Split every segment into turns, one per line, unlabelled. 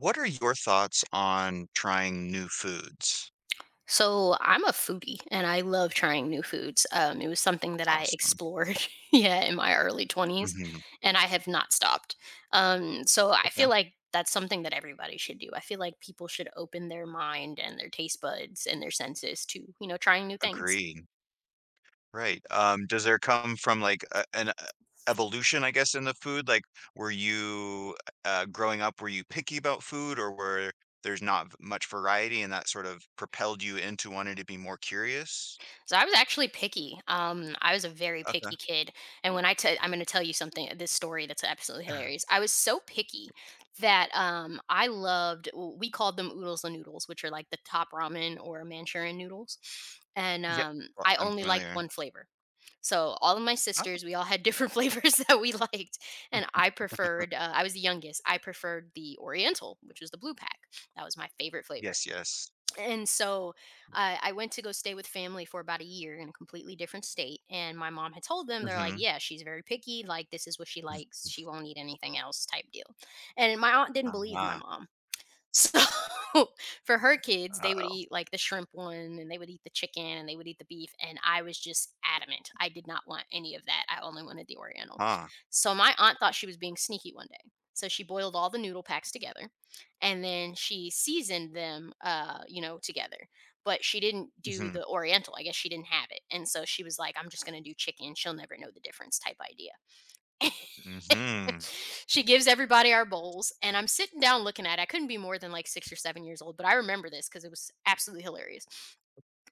What are your thoughts on trying new foods?
So I'm a foodie and I love trying new foods. It was something that I
Awesome.
explored, yeah, in my early 20s,
Mhm.
and I have not stopped. So I
Okay.
feel like that's something that everybody should do. I feel like people should open their mind and their taste buds and their senses to, trying new things.
Agreed. Right. Does there come from like an evolution, I guess, in the food? Like, were you growing up, were you picky about food, or were there's not much variety, and that sort of propelled you into wanting to be more curious?
So I was actually picky. I was a very
Okay.
picky kid, and when I tell, I'm going to tell you something. This story that's absolutely hilarious. I was so picky that I loved. We called them oodles and noodles, which are like the top ramen or Manchurian noodles, and
Yep. Well,
I
I'm
only liked
familiar.
one flavor. So all of my
Oh,
sisters, we all had different flavors that we liked, and I preferred. I was the youngest. I preferred the Oriental, which was the blue pack. That was my favorite flavor,
yes, yes.
and so I went to go stay with family for about a year in a completely different state. And my mom had told them, they're like,
Mm-hmm.
yeah, she's very picky. Like, this is what she likes. She won't eat anything else, type deal. And my aunt didn't believe my
Uh-huh.
mom. So for her kids, they would eat like the shrimp one and they would eat the chicken and they would eat the beef. And I was just adamant. I did not want any of that. I only wanted the Oriental.
Uh-huh.
So my aunt thought she was being sneaky one day. So she boiled all the noodle packs together and then she seasoned them, together. But she didn't do
Mm-hmm.
the Oriental. I guess she didn't have it. And so she was like, I'm just going to do chicken. She'll never know the difference type idea.
Mm-hmm.
She gives everybody our bowls, and I'm sitting down looking at it. I couldn't be more than like 6 or 7 years old, but I remember this because it was absolutely hilarious.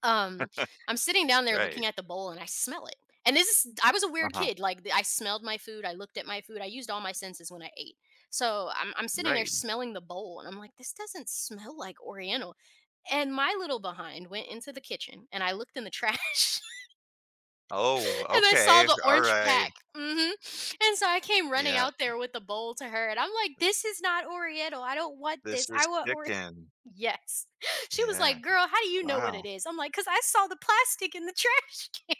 Um, I'm sitting down there
Right.
looking at the bowl, and I smell it. And this is, I was a weird
Uh-huh.
kid. Like, I smelled my food, I looked at my food, I used all my senses when I ate. So I'm sitting there
Right.
smelling the bowl, and I'm like, this doesn't smell like Oriental. And my little behind went into the kitchen, and I looked in the trash
Oh,
and I saw
okay.
the orange
Alright.
pack. Hmm And so I came running
Yeah,
out there with the bowl to her, and I'm like, "This is not Oriental. I don't want
this
this.
is
I want oriental."
chicken.
Yes. She was
Yeah.
like, "Girl, how do you know what
Wow.
it is?" I'm like, "Cause I saw the plastic in the trash." Can."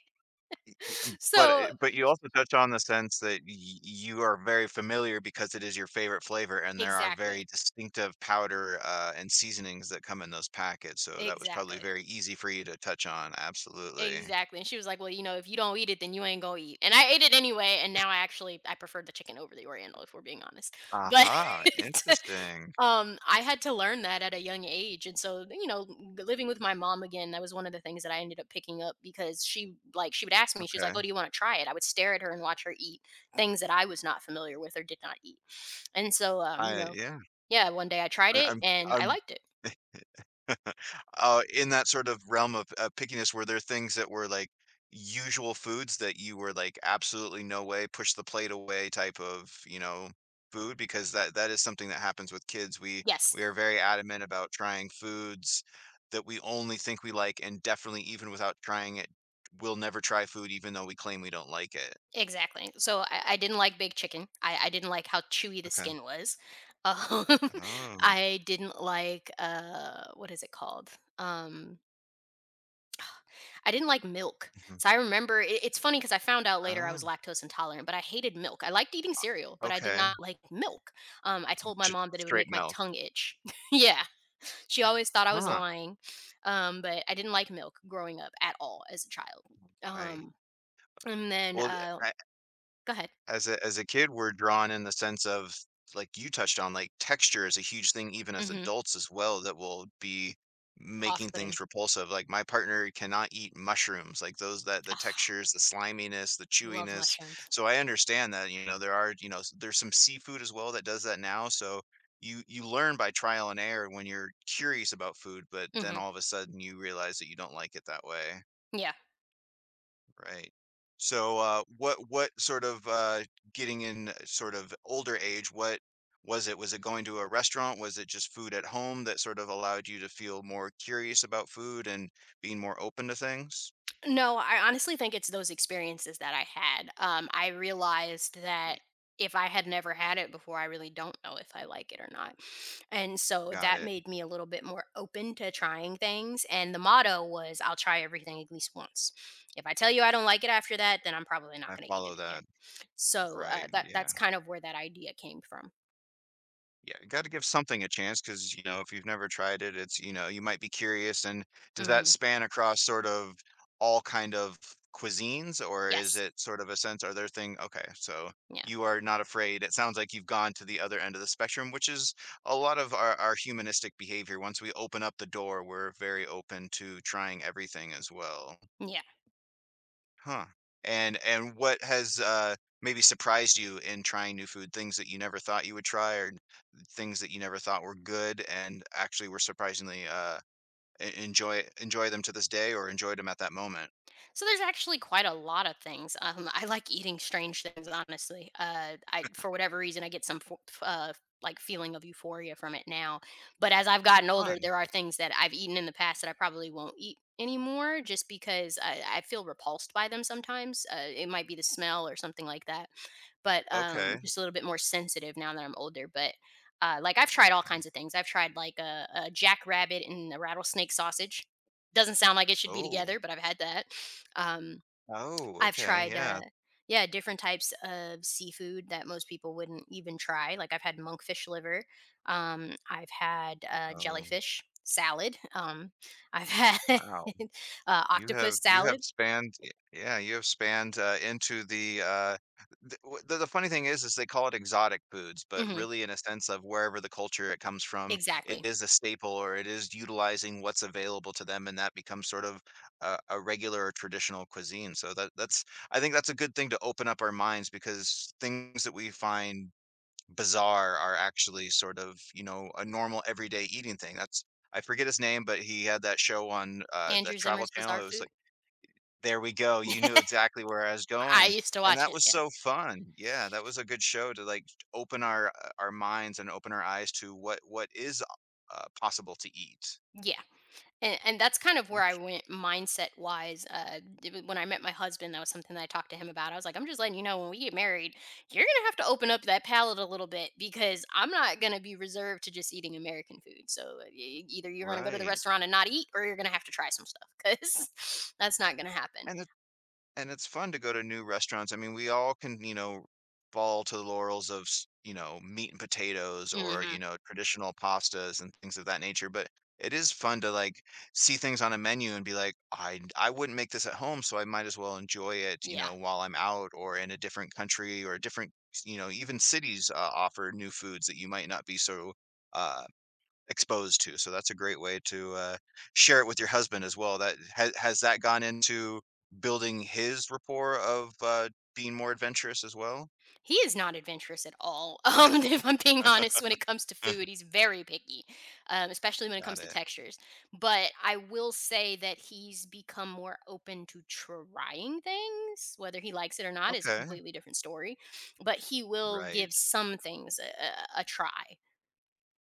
Y um, but,
So
eh, but you also touch on the sense that y you are very familiar because it is your favorite flavor, and there are
exactly,
very distinctive powder, and seasonings that come in those packets, so that was probably
exactly.
very easy for you to touch on, absolutely.
Exactly. And she was like, "Well, if you don't eat it, then you ain't gonna eat." And I ate it anyway, and now I actually I prefer the chicken over the oriental if we're being honest. But
Aha, interesting.
I had to learn that at a young age. And so, living with my mom again, that was one of the things that I ended up picking up because she like she would ask me, she's like,
Okay.
"Oh, do you want to try it?" I would stare at her and watch her eat things that I was not familiar with or did not eat. And so
I yeah.
yeah, one day I tried
I
it and I
I'm
liked it.
In that sort of realm of, pickiness, were there things that were, like, usual foods that you were like, "Absolutely no way, push the plate away," type of, you know, food? Because that is something that happens with kids. We
Yes.
we are very adamant about trying foods that we only think we like, and definitely even without trying it, we'll never try food even though we claim we don't like it.
Exactly. So I didn't like big chicken. I didn't like how chewy the
Okay.
skin was. Um,
Oh.
I didn't like what is it called? Um, I didn't like milk.
Mhm.
So I remember it's funny because I found out later I
Oh,
was lactose intolerant, but I hated milk. I liked eating cereal, but I did
okay.
not like milk. I told my
Just
mom that it would
straight
make my
milk.
tongue itch. Yeah, she always thought I was
Huh.
lying. But I didn't like milk growing up at all as a child.
Right.
Um, and then
Well, th
go ahead.
As a kid, we're drawn in the sense of, like you touched on, like, texture is a huge thing even as
Hmm
adults as well that will be
Off
making things
putting.
repulsive, like, my partner cannot eat mushrooms, like, those that the
Ugh,
textures, the sliminess, the
I love
chewiness,
mushrooms.
so I understand that, you know, there are, you know, s there's some seafood as well that does that now, so you learn by trial and error when you're curious about food, but then
Mhm.
all of a sudden you realize that you don't like it that way.
Yeah.
Right. So, what sort of getting in sort of older age? What was it? Was it going to a restaurant? Was it just food at home that sort of allowed you to feel more curious about food and being more open to things?
No, I honestly think it's those experiences that I had. I realized that if I had never had it before, I really don't know if I like it or not. And so
Got
that
it.
made me a little bit more open to trying things. And the motto was I'll try everything at least once. If I tell you I don't like it after that, then I'm probably not
I
going to eat
follow
it again.
that.
So
Right.
that
Yeah.
that's kind of where that idea came from.
Yeah, gotta give something a chance because you know, if you've never tried it, it's you know, you might be curious and does that
Hmm
span across sort of all kind of cuisines, or is
Yes.
it sort of a sense are there thing okay, so
Yeah.
you are not afraid. It sounds like you've gone to the other end of the spectrum, which is a lot of our humanistic behavior. Once we open up the door, we're very open to trying everything as well.
Yeah.
Huh. And what has, maybe surprised you in trying new food? Things that you never thought you would try or things that you never thought were good and actually were surprisingly, e enjoy enjoy them to this day or enjoyed them at that moment?
So there's actually quite a lot of things. I like eating strange things, honestly. I for whatever reason I get like feeling of euphoria from it now. But as I've gotten older,
Fun.
there are things that I've eaten in the past that I probably won't eat anymore, just because I feel repulsed by them sometimes. It might be the smell or something like that. But
Okay.
just a little bit more sensitive now that I'm older. But like I've
I
tried all
see.
kinds of things. I've tried like a jackrabbit and a rattlesnake sausage doesn't sound like it should be
Oh.
together, but I've had that. Um,
Oh,
I've
okay,
tried,
yeah.
yeah, different types of seafood that most people wouldn't even try. Like I've had monkfish liver. I've had
Oh,
jellyfish salad. I've had
wow.
octopus
You have
salad.
spanned y yeah, you have spanned, into the the funny thing is they call it exotic foods, but
Mhm,
really in a sense of wherever the culture it comes from, it
exactly.
is a staple or it is utilizing what's available to them, and that becomes sort of a regular or traditional cuisine, so that that's I think that's a good thing to open up our minds because things that we find bizarre are actually sort of, you know, a normal everyday eating thing, that's I forget his name, but he had that show on, the
Andrew
Travel
Zimmer's
Channel,
Bizarre
it was
Food.
like there we go, you knew exactly where I was
I
going,
used to
and
watch
that
it.
was
Yeah.
so fun. Yeah, that was a good show to, like, open our minds and open our eyes to what is, possible to eat.
Yeah. And that's kind of where I
Int
went mindset wise. When I met my husband, that was something that I talked to him about. I was like, I'm just letting you know when we get married, you're going to have to open up that palate a little bit because I'm not going to be reserved to just eating American food. So either you're going to go to the
right,
restaurant and not eat, or you're going to have to try some stuff because that's not going to happen.
and it's fun to go to new restaurants. I mean, we all can, you know, fall to the laurels of, you know, meat and potatoes or,
Hmm
you know, traditional pastas and things of that nature. But it is fun to like see things on a menu and be like, I wouldn't make this at home, so I might as well enjoy it, you
Yeah.
know, while I'm out or in a different country or different, you know, even cities offer new foods that you might not be so uh exposed to, so that's a great way to, share it with your husband as well. That has that gone into building his rapport of, being more adventurous as well?
He is not adventurous at all. If I'm being honest, when it comes to food, he's very picky, especially when it
Got
comes to
it.
textures. But I will say that he's become more open to trying things. Whether he likes it or not is a
Okay.
completely different story. But he will
Right.
give some things a try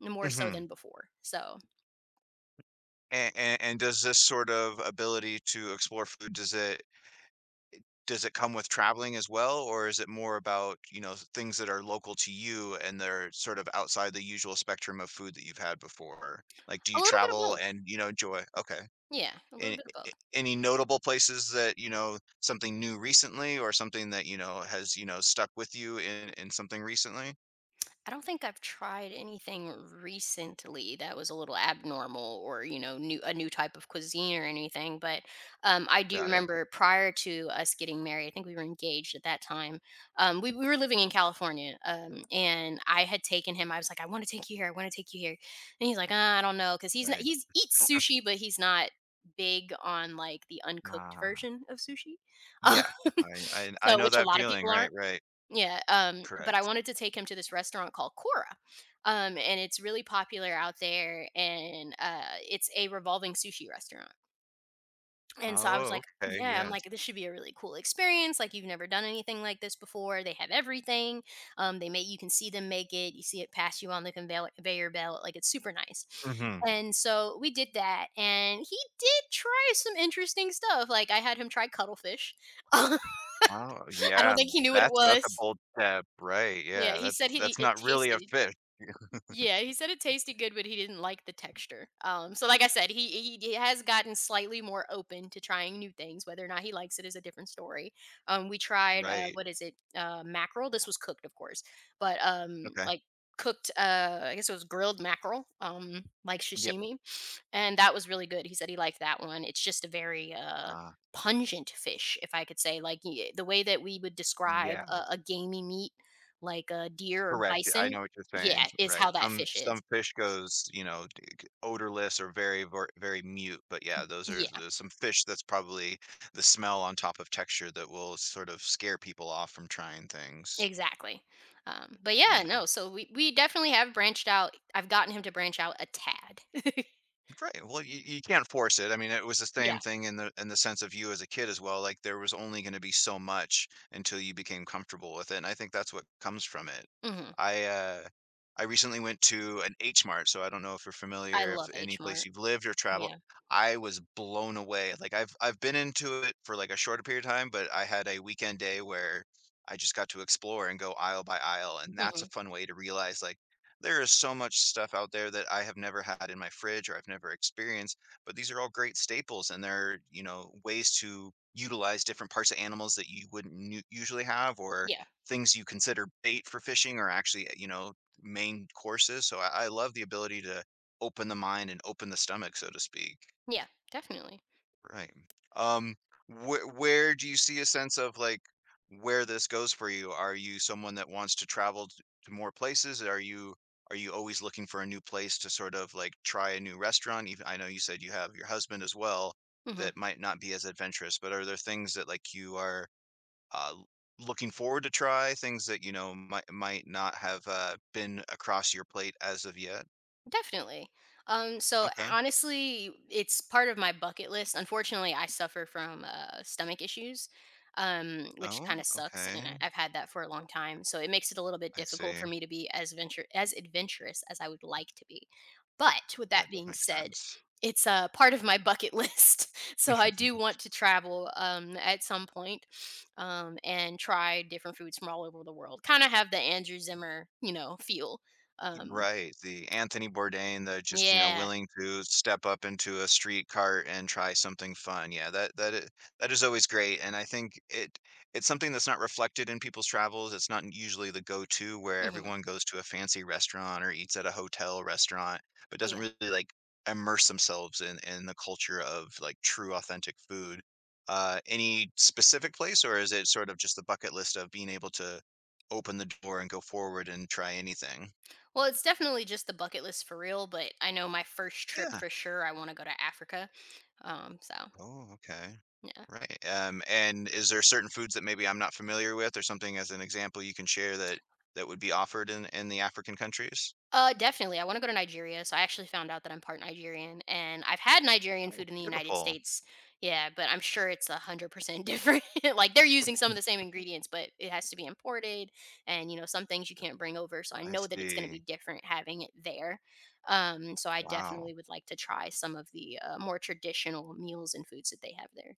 more so
Mhm.
than before. So
A and does this sort of ability to explore food, does it come with traveling as well, or is it more about, you know, things that are local to you and they're sort of outside the usual spectrum of food that you've had before? Like, do
a
you
little bit of
travel
both.
and, you know, enjoy Okay.
Yeah, a little
Any
bit of both.
any notable places that, you know, something new recently or something that, you know, has, you know, stuck with you in something recently?
I don't think I've tried anything recently that was a little abnormal or, new a new type of cuisine or anything, but, I do
Got it,
remember prior to us getting married, I think we were engaged at that time, we were living in California, and I had taken him I was like, "I wanna take you here, I wanna take you here," and he's like, I don't know, because he's not
right.
he's eats sushi, but he's not big on, like, the uncooked
Ah,
version of sushi, um,
yeah, I
so
know
which a
that
lot of
feeling,
people
right,
aren't.
right.
Yeah, but I
Correct.
wanted to take him to this restaurant called Cora, and it's really popular out there, and it's a revolving sushi restaurant. And so I was
Oh,
like,
okay,
"Yeah, I'm like,
yes.
this should be a really cool experience. Like, you've never done anything like this before. They have everything. They make you can see them make it. You see it pass you on the conveyor belt. Like, it's super nice."
Mhm.
And so we did that, and he did try some interesting stuff. Like, I had him try cuttlefish.
Oh,
I don't
yeah,
think he knew what it
that's a
was.
bold step, right,
Yeah,
yeah,
he said he
that's
it
not really a
tasted
fish,
yeah, he said it tasted good, but he didn't like the texture. So like I said, he has gotten slightly more open to trying new things. Whether or not he likes it is a different story. We tried
right,
mackerel. This was cooked, of course, but
okay.
cooked. I guess it was grilled mackerel. Like
Yep,
sashimi. And that was really good. He said he liked that one. It's just a very
ah,
pungent fish, if I could say, like the way that we would describe
yeah.
a gamey meat, like a deer or
Correct, I
bison.
know what you're saying,
Yeah, is
right.
how that fish
Some
is.
fish goes, you know, d g odorless or very mute, but yeah, those are
Yeah,
there's some fish that's probably the smell on top of texture that will sort of scare people off from trying things,
exactly. But yeah,
yeah.
no. So we definitely have branched out. I've gotten him to branch out a tad.
Right. Well, you can't force it. I mean, it was the
Yeah.
same thing in the sense of you as a kid as well. Like there was only going to be so much until you became comfortable with it. And I think that's what comes from it.
hmm
I uh I recently went to an H Mart, so I don't know if you're
I
familiar if
love
any
H
place
Mart.
you've lived or traveled.
Yeah.
I was blown away. Like I've been into it for like a shorter period of time, but I had a weekend day where I just got to explore and go aisle by aisle, and that's a
hmm
fun way to realize like there is so much stuff out there that I have never had in my fridge or I've never experienced, but these are all great staples and they're, you know, ways to utilize different parts of animals that you wouldn't usually have or
Yeah.
things you consider bait for fishing or actually, you know, main courses. So I love the ability to open the mind and open the stomach, so to speak.
Yeah. Definitely.
Right. Um, wh where do you see a sense of like where this goes for you? Are you someone that wants to travel to more places? Are you always looking for a new place to sort of like try a new restaurant? Even I know you said you have your husband as well
Hmm
that might not be as adventurous, but are there things that like you are uh, l- looking forward to try? Things that you know might not have been across your plate as of yet?
Definitely. So
Okay.
honestly, it's part of my bucket list. Unfortunately, I suffer from stomach issues, which
Oh,
kind of sucks, and
okay.
I've had that for a long time. So it makes it a little bit
I
difficult for
see.
me to be as adventurous as I would like to be. But with that
That does
being
make
said,
sense.
it's part of my bucket list. So I do want to travel at some point and try different foods from all over the world. Kind of have the Andrew Zimmer, feel. Um,
Right, the Anthony Bourdain, the just, you know,
yeah.
willing to step up into a street cart and try something fun. Yeah, that is always great, and I think it's something that's not reflected in people's travels. It's not usually the go-to where
hmm
everyone goes to a fancy restaurant or eats at a hotel restaurant, but doesn't
Yeah.
really, like, immerse themselves in the culture of, like, true authentic food. Any specific place, or is it sort of just the bucket list of being able to open the door and go forward and try anything?
Well, it's definitely just the bucket list for real, but I know my first trip
Yeah.
for sure, I want to go to Africa. So
Oh, okay.
yeah.
Right. And is there certain foods that maybe I'm not familiar with or something as an example you can share that would be offered in the African countries?
Definitely. I want to go to Nigeria. So I actually found out that I'm part Nigerian, and I've had Nigerian
Oh,
food in the United
beautiful.
States. Yeah, but I'm sure it's 100% different. Like they're using some of the same ingredients, but it has to be imported, and you know some things you can't bring over. So I
I
know that it's going to be
see.
different having it there. So I
Wow.
definitely would like to try some of the more traditional meals and foods that they have there.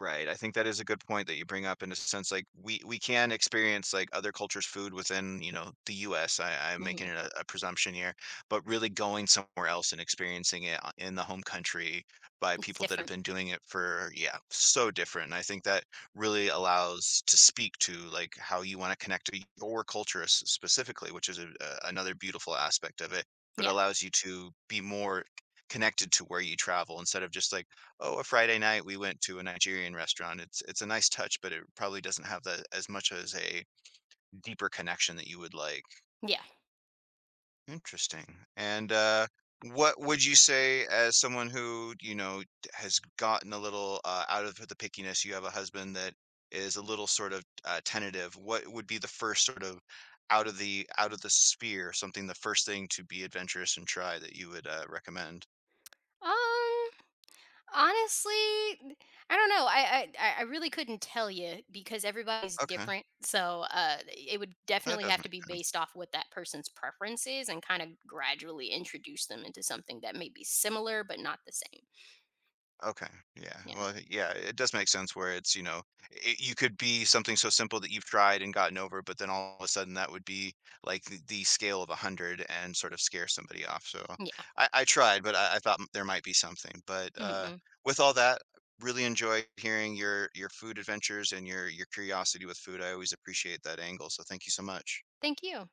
Right, I think that is a good point that you bring up in a sense, like, we can experience, like, other cultures' food within, you know, the US, I am
Mm-hmm.
making it a presumption here, but really going somewhere else and experiencing it o in the home country by
It's
people that have
different.
been doing it for yeah, so different, and I think that really allows to speak to, like, how you wanna connect to your culture s specifically, which is a another beautiful aspect of it, but
Yeah.
allows you to be more connected to where you travel instead of just, like, oh, a Friday night, we went to a Nigerian restaurant. It's a nice touch, but it probably doesn't have the as much as a deeper connection that you would like.
Yeah.
Interesting. And, what would you say as someone who, you know, has gotten a little, out of the pickiness, you have a husband that is a little sort of, tentative. What would be the first sort of out of the sphere, something the first thing to be adventurous and try that you would, recommend?
Um. Honestly, I don't know. I really couldn't tell you because everybody's
Okay,
different. So it would
that
definitely
does
have
make
to be
sense.
based off what that person's preference is, and kind of gradually introduce them into something that may be similar but not the same.
Okay. Yeah.
Yeah.
Well, yeah, it does make sense where it's, you know, it, you could be something so simple that you've tried and gotten over, but then all of a sudden that would be like the scale of a 100 and sort of scare somebody off. So
Yeah.
I tried, but I thought there might be something. But
Mm-mm.
with all that, really enjoyed hearing your food adventures and your curiosity with food. I always appreciate that angle. So thank you so much.
Thank you.